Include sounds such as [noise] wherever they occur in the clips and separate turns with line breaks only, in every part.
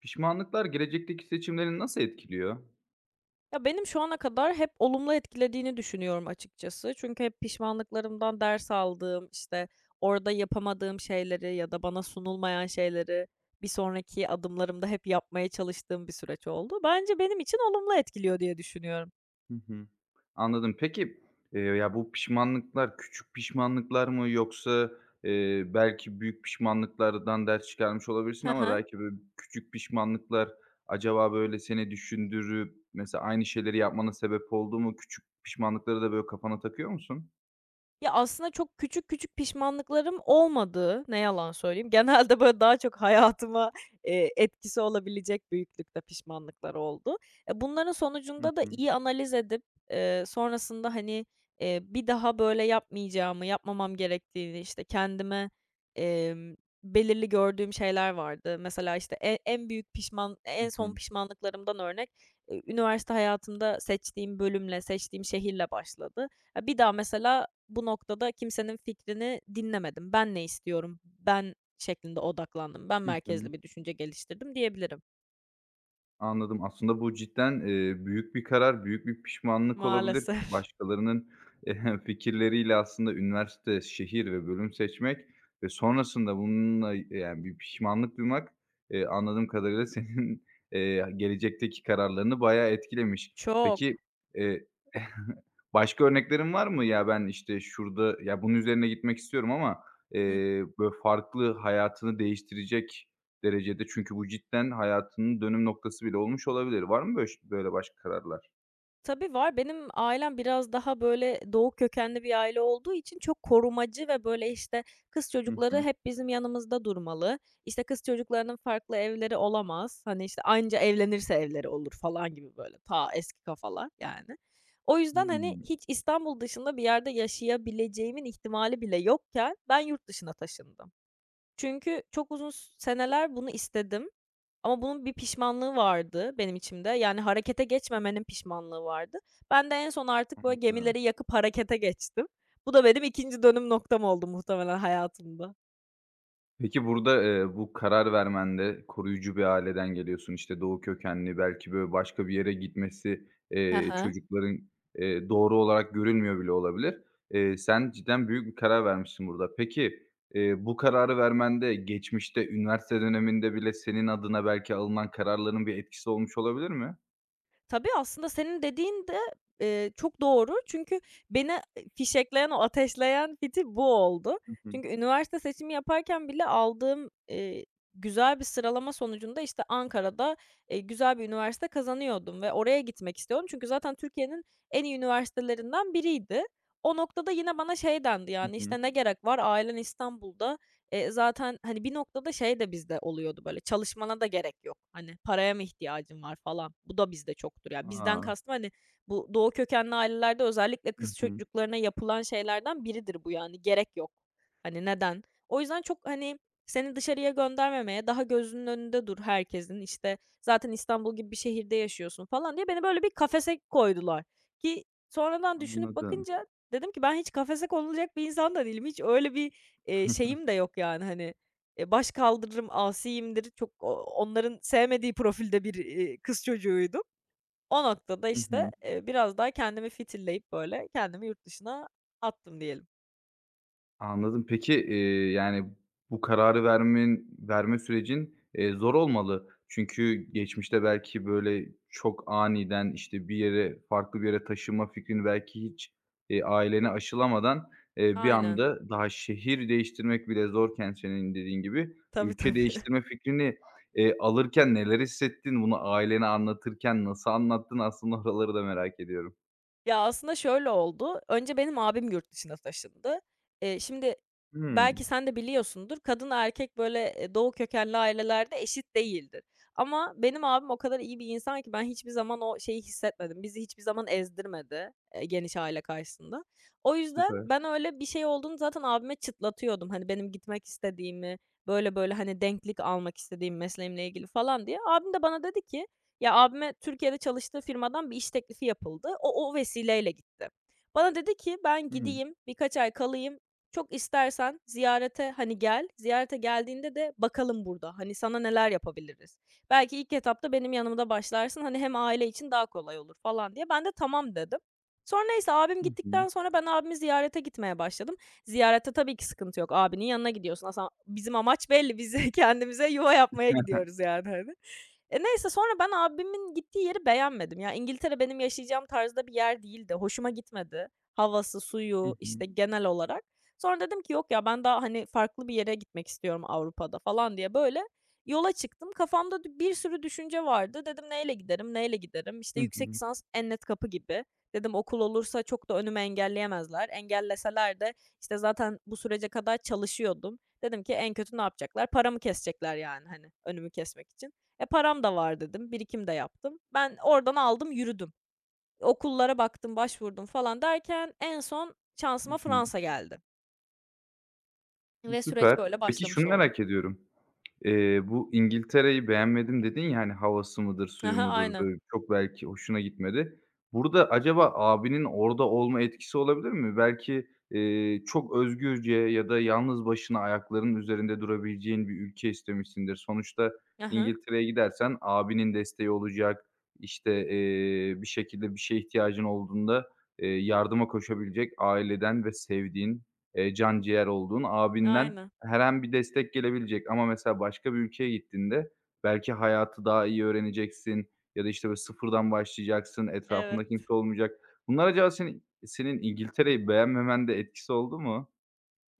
Pişmanlıklar gelecekteki seçimlerini nasıl etkiliyor?
Ya, benim şu ana kadar hep olumlu etkilediğini düşünüyorum açıkçası. Çünkü hep pişmanlıklarımdan ders aldığım, işte, orada yapamadığım şeyleri ya da bana sunulmayan şeyleri bir sonraki adımlarımda hep yapmaya çalıştığım bir süreç oldu. Bence benim için olumlu etkiliyor diye düşünüyorum.
Hı hı. Anladım. Peki, bu pişmanlıklar küçük pişmanlıklar mı yoksa, belki büyük pişmanlıklardan ders çıkarmış
[laughs]
olabilirsin
Hı
ama
hı.
belki, böyle, küçük pişmanlıklar acaba, böyle, seni düşündürüp mesela aynı şeyleri yapmana sebep oldu mu? Küçük pişmanlıkları da, böyle, kafana takıyor musun?
Ya, aslında çok küçük küçük pişmanlıklarım olmadı, ne yalan söyleyeyim. Genelde, böyle, daha çok hayatıma, etkisi olabilecek büyüklükte pişmanlıklar oldu. Bunların
Hı
sonucunda da
hı.
iyi analiz edip, sonrasında, hani, bir daha böyle yapmayacağımı, yapmamam gerektiğini, işte, kendime, emm, belirli gördüğüm şeyler vardı. Mesela, işte, e en büyük pişman en
Hı
son
hı.
pişmanlıklarımdan örnek, üniversite hayatımda seçtiğim bölümle, seçtiğim şehirle başladı. Ya, bir daha mesela bu noktada kimsenin fikrini dinlemedim. Ben ne istiyorum, ben şeklinde odaklandım, ben
Hı hı.
merkezli bir düşünce geliştirdim diyebilirim.
Anladım. Aslında bu cidden, büyük bir karar, büyük bir pişmanlık olabilir.
Maalesef.
Başkalarının e, [laughs] fikirleriyle aslında üniversite, şehir ve bölüm seçmek ve sonrasında bununla, yani, bir pişmanlık duymak, anladığım kadarıyla [laughs] senin, gelecekteki kararlarını bayağı
[laughs]
etkilemiş. Peki,
Çok.
eee, [laughs] başka örneklerin var mı? "Ya, ben, işte, şurada, ya, bunun üzerine gitmek istiyorum ama, böyle, farklı hayatını değiştirecek derecede çünkü bu cidden hayatının dönüm noktası bile olmuş olabilir. Var mı böyle başka kararlar?
Tabii var. Benim ailem biraz daha, böyle, Doğu kökenli bir aile olduğu için çok korumacı ve, böyle, işte, kız
Hı
çocukları
hı.
hep bizim yanımızda durmalı. İşte, kız çocuklarının farklı evleri olamaz. Hani, işte, anca evlenirse evleri olur falan gibi, böyle, ta eski kafalar, yani. O yüzden, hani,
Hımm,
hiç İstanbul dışında bir yerde yaşayabileceğimin ihtimali bile yokken ben yurt dışına taşındım. Çünkü çok uzun seneler bunu istedim ama bunun bir pişmanlığı vardı benim içimde. Yani harekete geçmemenin pişmanlığı vardı. Ben de en son artık böyle
anladım.
gemileri yakıp harekete geçtim. Bu da benim ikinci dönüm noktam oldu muhtemelen hayatımda.
Peki burada, bu karar vermende koruyucu bir aileden geliyorsun. İşte, doğu kökenli, belki, böyle, başka bir yere gitmesi,
He he.
çocukların, doğru olarak görülmüyor bile olabilir. Sen cidden büyük bir karar vermişsin burada. Peki, bu kararı vermende geçmişte, üniversite döneminde bile senin adına belki alınan kararların bir etkisi olmuş olabilir mi?
Tabii, aslında senin dediğin de, çok doğru. Çünkü beni, fişekleyen, o ateşleyen fitil bu oldu.
Hı hı.
Çünkü üniversite seçimi yaparken bile aldığım, güzel bir sıralama sonucunda, işte, Ankara'da, güzel bir üniversite kazanıyordum ve oraya gitmek istiyordum. Çünkü zaten Türkiye'nin en iyi üniversitelerinden biriydi. O noktada yine bana şey dendi,
Hı
yani,
hı.
işte, "Ne gerek var? Ailen İstanbul'da, zaten, hani, bir noktada şey de bizde oluyordu böyle, çalışmana da gerek yok. Hani, paraya mı ihtiyacın var falan. Bu da bizde çoktur ya. Bizden
A!
kastım, hani, bu Doğu kökenli ailelerde özellikle
Hı
kız
hı.
çocuklarına yapılan şeylerden biridir bu yani. Gerek yok. Hani, neden? O yüzden çok, hani, seni dışarıya göndermemeye, daha gözünün önünde dur herkesin, işte, zaten İstanbul gibi bir şehirde yaşıyorsun falan diye beni böyle bir kafese koydular ki sonradan düşünüp
Anladım.
bakınca dedim ki ben hiç kafese konulacak bir insan da değilim. Hiç öyle bir şeyim de yok yani, hani, baş kaldırırım, asiyimdir. Çok onların sevmediği profilde bir, kız çocuğuydum. O noktada,
Hı
işte,
hı.
biraz daha kendimi fitilleyip, böyle, kendimi yurt dışına attım diyelim.
Anladım. Peki, yani, bu kararı vermen verme sürecin, zor olmalı. Çünkü geçmişte belki, böyle, çok aniden, işte, bir yere, farklı bir yere taşınma fikrini belki hiç, ailene aşılamadan, bir
Aynen.
anda daha şehir değiştirmek bile zorken senin dediğin gibi
Tabii,
ülke
tabii.
değiştirme fikrini, alırken neler hissettin? Bunu ailene anlatırken nasıl anlattın? Aslında oraları da merak ediyorum.
Ya, aslında şöyle oldu. Önce benim abim yurt dışına taşındı. Şimdi belki
Hımm.
sen de biliyorsundur, kadın erkek, böyle, Doğu kökenli ailelerde eşit değildir. Ama benim abim o kadar iyi bir insan ki ben hiçbir zaman o şeyi hissetmedim. Bizi hiçbir zaman ezdirmedi, geniş aile karşısında. O yüzden
Süper.
ben öyle bir şey olduğunu zaten abime çıtlatıyordum. Hani, benim gitmek istediğimi, böyle böyle, hani, denklik almak istediğim mesleğimle ilgili falan diye. Abim de bana dedi ki ya, abime Türkiye'de çalıştığı firmadan bir iş teklifi yapıldı. O vesileyle gitti. Bana dedi ki, "Ben
Hı.
gideyim, birkaç ay kalayım. Çok istersen ziyarete, hani, gel. Ziyarete geldiğinde de bakalım burada, hani, sana neler yapabiliriz. Belki ilk etapta benim yanımda başlarsın, hani, hem aile için daha kolay olur." falan diye. Ben de tamam dedim. Sonra neyse abim
Hı hı.
gittikten sonra ben abimi ziyarete gitmeye başladım. Ziyarette tabii ki sıkıntı yok. Abinin yanına gidiyorsun. Aslında bizim amaç belli. Biz [laughs] kendimize yuva yapmaya gidiyoruz yani, hani. Neyse sonra ben abimin gittiği yeri beğenmedim. Ya, İngiltere benim yaşayacağım tarzda bir yer değildi. Hoşuma gitmedi. Havası,
Hı
suyu,
hı.
işte, genel olarak. Sonra dedim ki, "Yok ya, ben daha, hani, farklı bir yere gitmek istiyorum Avrupa'da." falan diye böyle yola çıktım. Kafamda bir sürü düşünce vardı. Dedim, "Neyle giderim, neyle giderim?" İşte,
Hı
yüksek
hı.
lisans en net kapı gibi. Dedim, "Okul olursa çok da önümü engelleyemezler. Engelleseler de, işte, zaten bu sürece kadar çalışıyordum." Dedim ki, "En kötü ne yapacaklar? Paramı kesecekler yani, hani, önümü kesmek için." Param da var dedim, birikim de yaptım. Ben oradan aldım yürüdüm. Okullara baktım, başvurdum falan derken en son
Hı
şansıma
hı.
Fransa geldi ve süreç
Süper.
böyle
Peki
başlamış
şunu
oldu.
merak ediyorum. Bu İngiltere'yi beğenmedim dedin ya, hani, havası mıdır,
Aha,
suyu
hı,
mudur,
aynen.
böyle, çok belki hoşuna gitmedi. Burada acaba abinin orada olma etkisi olabilir mi? Belki, çok özgürce ya da yalnız başına ayaklarının üzerinde durabileceğin bir ülke istemişsindir. Sonuçta
Hı
İngiltere'ye gidersen abinin desteği olacak, işte, bir şekilde bir şeye ihtiyacın olduğunda, yardıma koşabilecek aileden ve sevdiğin, can ciğer olduğun abinden
aynen.
her an bir destek gelebilecek ama mesela başka bir ülkeye gittiğinde belki hayatı daha iyi öğreneceksin ya da, işte, böyle, sıfırdan başlayacaksın, etrafında
Evet.
kimse olmayacak. Bunlar acaba senin İngiltere'yi beğenmemen de etkisi oldu mu?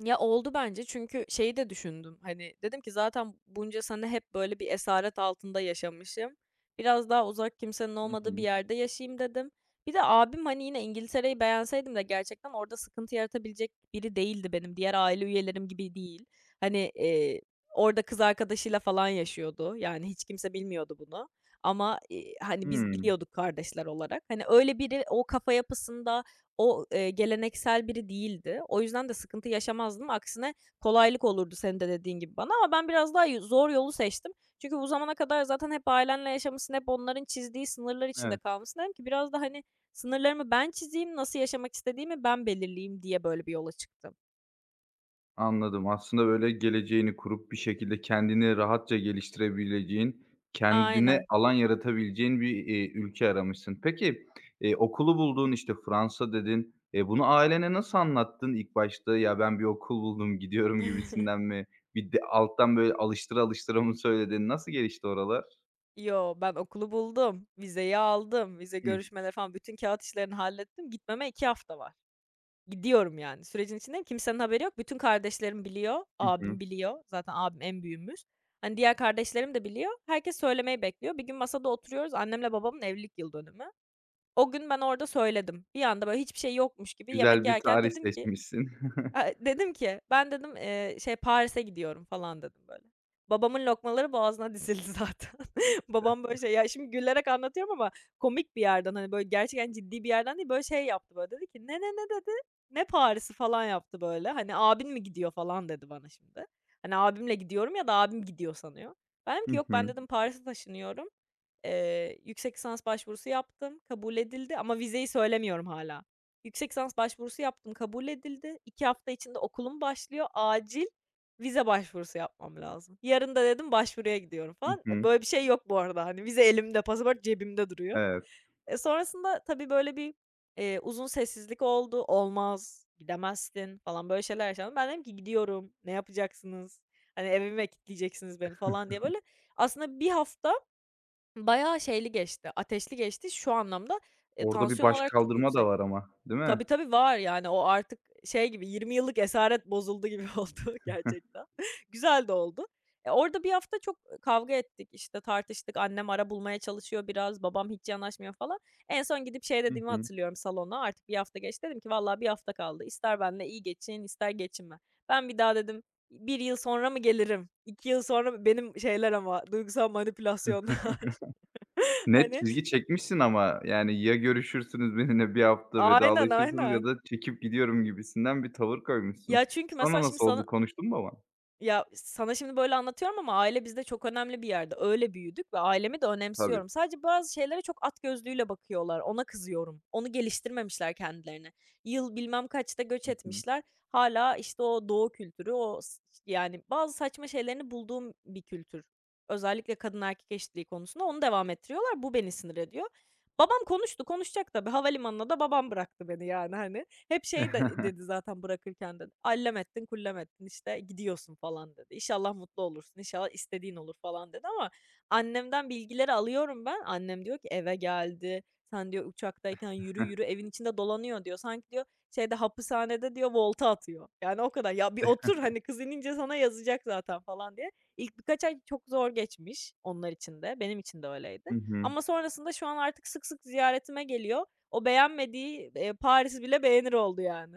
Ya, oldu bence çünkü şeyi de düşündüm, hani, dedim ki zaten bunca sene hep böyle bir esaret altında yaşamışım. Biraz daha uzak kimsenin
Hı
olmadığı bir
hı.
yerde yaşayayım dedim. Bir de abim, hani, yine İngiltere'yi beğenseydim de gerçekten orada sıkıntı yaratabilecek biri değildi benim. Diğer aile üyelerim gibi değil. Hani, orada kız arkadaşıyla falan yaşıyordu. Yani hiç kimse bilmiyordu bunu ama, hani, biz
Hımm,
biliyorduk kardeşler olarak. Hani, öyle biri o kafa yapısında o, geleneksel biri değildi. O yüzden de sıkıntı yaşamazdım. Aksine kolaylık olurdu senin de dediğin gibi bana ama ben biraz daha zor yolu seçtim. Çünkü bu zamana kadar zaten hep ailenle yaşamışsın, hep onların çizdiği sınırlar içinde
evet.
kalmışsın. Dedim ki biraz da, hani, sınırlarımı ben çizeyim, nasıl yaşamak istediğimi ben belirleyeyim diye böyle bir yola çıktım.
Anladım. Aslında böyle geleceğini kurup bir şekilde kendini rahatça geliştirebileceğin, kendine
Aynen.
alan yaratabileceğin bir, ülke aramışsın. Peki, okulu buldun, işte, Fransa dedin. Bunu ailene nasıl anlattın ilk başta? "Ya, ben bir okul buldum, [laughs] gidiyorum." gibisinden
[laughs]
mi? Bir de alttan böyle alıştıra alıştıra mı söyledin? Nasıl gelişti oralar?
Yo, ben okulu buldum, vizeyi aldım, vize
Hıh.
görüşmeleri falan bütün kağıt işlerini hallettim. Gitmeme 2 hafta var. Gidiyorum yani, sürecin içindeyim. Kimsenin haberi yok. Bütün kardeşlerim biliyor,
Hı hı.
abim biliyor. Zaten abim en büyüğümüz. Hani, diğer kardeşlerim de biliyor. Herkes söylemeyi bekliyor. Bir gün masada oturuyoruz. Annemle babamın evlilik yıl dönümü. O gün ben orada söyledim. Bir anda, böyle, hiçbir şey yokmuş gibi yemek
Güzel bir
yerken
tarih
dedim ki
seçmişsin. [laughs]
Eee, dedim ki, ben dedim, şey, Paris'e gidiyorum falan dedim böyle. Babamın lokmaları boğazına dizildi zaten. [laughs] Babam böyle şey, ya şimdi gülerek anlatıyorum ama komik bir yerden, hani, böyle gerçekten ciddi bir yerden değil, böyle şey yaptı böyle dedi ki, "Ne, ne, ne?" dedi, "Ne Paris'i?" falan yaptı böyle. Hani, "Abin mi gidiyor?" falan dedi bana şimdi. Hani, abimle gidiyorum ya da abim gidiyor sanıyor. Ben dedim ki,
Hı
"Yok, ben"
hı.
dedim, "Paris'e taşınıyorum. Yüksek lisans başvurusu yaptım, kabul edildi ama vizeyi söylemiyorum hâlâ. Yüksek lisans başvurusu yaptım, kabul edildi. 2 hafta içinde okulum başlıyor. Acil vize başvurusu yapmam lazım. Yarın da dedim başvuruya gidiyorum
Hı
falan.
hı.
Böyle bir şey yok bu arada. Hani vize elimde, pasaport cebimde duruyor.
Evet.
Sonrasında tabii böyle bir, uzun sessizlik oldu. "Olmaz, gidemezsin." falan böyle şeyler yaşandı. Ben dedim ki, "Gidiyorum, ne yapacaksınız? Hani, eve mi kilitleyeceksiniz beni?" falan diye böyle aslında bir hafta bayağı şeyli geçti, ateşli geçti şu anlamda,
Orada bir
tansiyon olarak çok
başkaldırma da
yüksek.
var ama, değil
Tabii,
mi?
tabii, var yani o artık şey gibi 20 yıllık esaret bozuldu gibi [laughs] oldu gerçekten. [laughs] Güzel de oldu. Orada bir hafta çok, kavga ettik, işte, tartıştık. Annem ara bulmaya çalışıyor biraz, babam hiç yanaşmıyor falan. En son gidip şey
Hı
dediğimi
hı.
hatırlıyorum salona, artık bir hafta geçti. Dedim ki "Vallahi bir hafta kaldı. İster benle iyi geçin, ister geçinme. Ben bir daha" dedim, bir yıl sonra mı gelirim? 2 yıl sonra" mı? Benim şeyler ama duygusal manipülasyonlar. [laughs]
Net
Hani
çizgi çekmişsin ama, yani, ya görüşürsünüz benimle bir hafta
Aynen,
vedalaşırsınız ya
aynen.
da çekip gidiyorum gibisinden bir tavır koymuşsun.
Ya, çünkü
Sonra
mesela
nasıl oldu? Konuştun mu babanla?
sana şimdi böyle anlatıyorum ama aile bizde çok önemli bir yerde. Öyle büyüdük ve ailemi de
Tabii.
önemsiyorum. Sadece bazı şeylere çok at gözlüğüyle bakıyorlar. Ona kızıyorum. Onu geliştirmemişler kendilerine. Yıl bilmem kaçta göç
Hı hı.
etmişler. Hala işte, o doğu kültürü, o s yani, bazı saçma şeylerini bulduğum bir kültür. Özellikle kadın erkek eşitliği konusunda onu devam ettiriyorlar. Bu beni sinir ediyor. Babam konuştu, konuşacak tabii. Havalimanına da babam bıraktı beni, yani, hani. Hep şey de dedi
[laughs]
zaten bırakırken de, "Allem ettin, kullem ettin, işte, gidiyorsun." falan dedi. "İnşallah mutlu olursun, inşallah istediğin olur." falan dedi ama annemden bilgileri alıyorum ben. Annem diyor ki, "Eve geldi, sen" diyor, "uçaktayken yürü yürü evin içinde dolanıyor." diyor. Sanki diyor şeyde, hapishanede diyor volta atıyor. Yani o kadar. "Ya, bir otur, hani, kız inince sana yazacak zaten." falan diye. İlk birkaç ay çok zor geçmiş onlar için de, benim için de öyleydi.
Hı hı.
Ama sonrasında şu an artık sık sık ziyaretime geliyor. O beğenmediği, Paris'i bile beğenir oldu yani.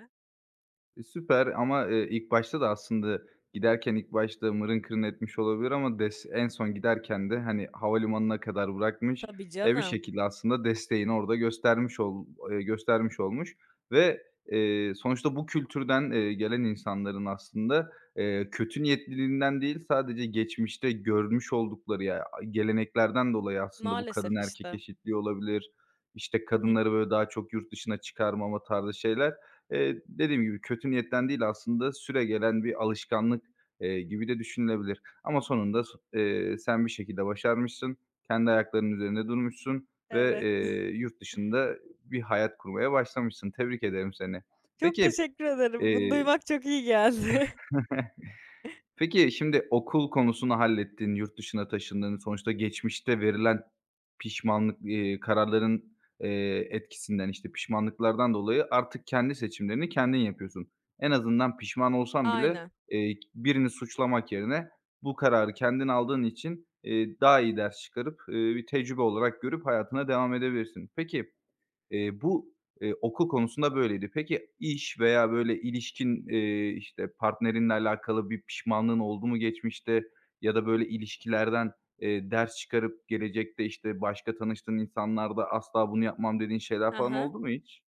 E, süper ama, ilk başta da aslında giderken ilk başta mırın kırın etmiş olabilir ama en son giderken de, hani, havalimanına kadar bırakmış.
Tabii
E, bir
canım.
şekilde aslında desteğini orada göstermiş olmuş ve, sonuçta bu kültürden, gelen insanların aslında, kötü niyetliliğinden değil, sadece geçmişte görmüş oldukları ya geleneklerden dolayı aslında bu
Maalesef
kadın erkek
işte.
eşitliği olabilir, işte,
Hı hı.
kadınları, böyle, daha çok yurt dışına çıkarmama tarzı şeyler. Dediğim gibi kötü niyetten değil aslında süregelen bir alışkanlık, gibi de düşünülebilir ama sonunda sen bir şekilde başarmışsın, kendi ayaklarının üzerinde durmuşsun ve,
Evet. [laughs]
yurt dışında bir hayat kurmaya başlamışsın. Tebrik ederim seni.
Çok
Peki,
teşekkür ederim. Bunu
eee
duymak çok iyi geldi.
[laughs] peki, şimdi okul konusunu hallettin, yurt dışına taşındın. Sonuçta geçmişte verilen pişmanlık, kararların, etkisinden, işte, pişmanlıklardan dolayı artık kendi seçimlerini kendin yapıyorsun. En azından pişman
[laughs]
olsan bile,
Aynen.
birini suçlamak yerine bu kararı kendin aldığın için, daha iyi ders çıkarıp, bir tecrübe olarak görüp hayatına devam edebilirsin. Peki, bu, konusunda böyleydi. Peki iş veya böyle ilişkin, işte, partnerinle alakalı bir pişmanlığın oldu mu geçmişte ya da böyle ilişkilerden, ders çıkarıp gelecekte, işte, başka tanıştığın insanlarda asla bunu yapmam dediğin şeyler
Hı
falan
hı.
oldu mu hiç?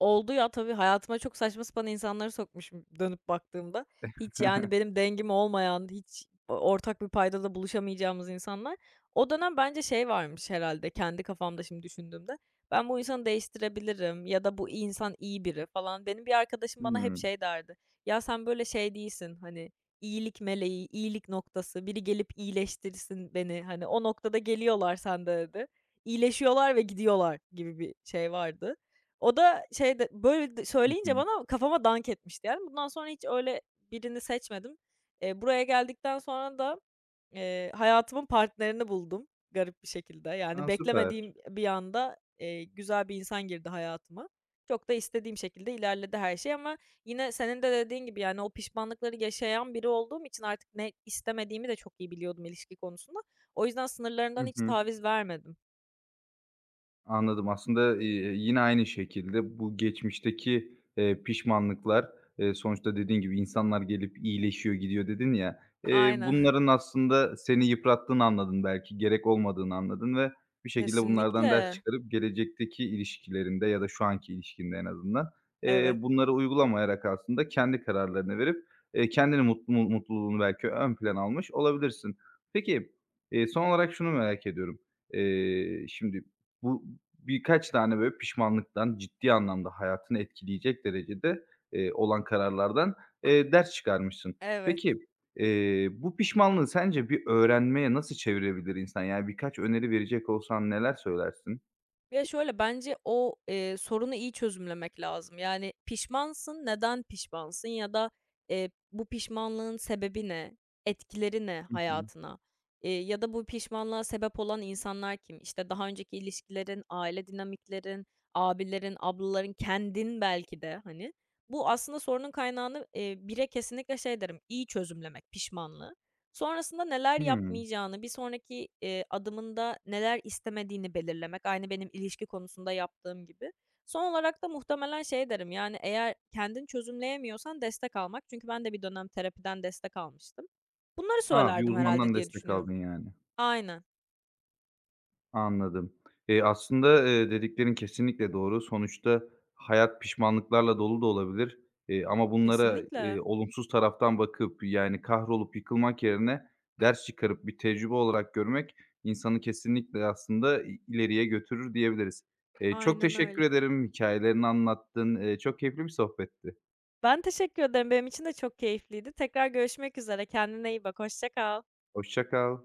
Oldu ya, tabii hayatıma çok saçma sapan insanları sokmuşum dönüp baktığımda. Hiç, yani,
[laughs]
benim dengim olmayan, hiç ortak bir paydada buluşamayacağımız insanlar. O dönem bence şey varmış herhalde kendi kafamda şimdi düşündüğümde, ben bu insanı değiştirebilirim ya da bu insan iyi biri falan. Benim bir arkadaşım bana hep
Hımm.
şey derdi, "Ya, sen böyle şey değilsin, hani, iyilik meleği, iyilik noktası, biri gelip iyileştirsin beni." Hani, "O noktada geliyorlar sende." dedi. İyileşiyorlar ve gidiyorlar gibi bir şey vardı. O da şey de böyle
Hı
söyleyince
hı.
bana kafama dank etmişti yani. Bundan sonra hiç öyle birini seçmedim. Buraya geldikten sonra da, hayatımın partnerini buldum garip bir şekilde. Yani
A, süper.
beklemediğim bir anda, güzel bir insan girdi hayatıma. Çok da istediğim şekilde ilerledi her şey ama yine senin de dediğin gibi, yani, o pişmanlıkları yaşayan biri olduğum için artık ne istemediğimi de çok iyi biliyordum ilişki konusunda. O yüzden sınırlarından
Hı
hiç
hı.
taviz vermedim.
Anladım. Aslında, yine aynı şekilde bu geçmişteki, pişmanlıklar, sonuçta dediğin gibi insanlar gelip iyileşiyor, gidiyor dedin ya.
Aynen. [laughs]
Bunların aslında seni yıprattığını anladın belki, gerek olmadığını anladın ve bir şekilde bunlardan ders
Kesinlikle.
çıkarıp gelecekteki ilişkilerinde ya da şu anki ilişkinde en azından,
Evet,
bunları uygulamayarak aslında kendi kararlarını verip, kendini mutlu mutluluğunu belki ön plan almış olabilirsin. Peki, son olarak şunu merak ediyorum. Şimdi bu birkaç tane böyle pişmanlıktan ciddi anlamda hayatını etkileyecek derecede, olan kararlardan, ders çıkarmışsın.
evet.
Peki, bu pişmanlığı sence bir öğrenmeye nasıl çevirebilir insan? Yani birkaç öneri verecek olsan neler söylersin?
Ya, şöyle, bence o, sorunu iyi çözümlemek lazım. Yani, pişmansın, neden pişmansın ya da, bu pişmanlığın sebebi ne? Etkileri ne
Hı hı.
hayatına? Ya da bu pişmanlığa sebep olan insanlar kim? İşte, daha önceki ilişkilerin, aile dinamiklerin, abilerin, ablaların, kendin belki de, hani. Bu aslında sorunun kaynağını, 1'e kesinlikle şey derim, iyi çözümlemek pişmanlığı. Sonrasında neler
Hımm.
yapmayacağını, bir sonraki, adımında neler istemediğini belirlemek, aynı benim ilişki konusunda yaptığım gibi. Son olarak da muhtemelen şey derim, yani, eğer kendin çözümleyemiyorsan destek almak. Çünkü ben de bir dönem terapiden destek almıştım. Bunları
A, bir
söylerdim herhalde
uzmandan
diye
destek
düşünüyorum.
aldın yani.
Aynen,
Anladım. Aslında, dediklerin kesinlikle doğru. Sonuçta hayat pişmanlıklarla dolu da olabilir, ama bunlara,
kesinlikle.
olumsuz taraftan bakıp, yani, kahrolup yıkılmak yerine ders çıkarıp bir tecrübe olarak görmek insanı kesinlikle aslında ileriye götürür diyebiliriz. Çok
Aynen
teşekkür
öyle.
ederim. Hikayelerini anlattın. Çok keyifli bir sohbetti.
Ben teşekkür ederim. Benim için de çok keyifliydi. Tekrar görüşmek üzere. Kendine iyi bak. Hoşça kal.
Hoşça kal.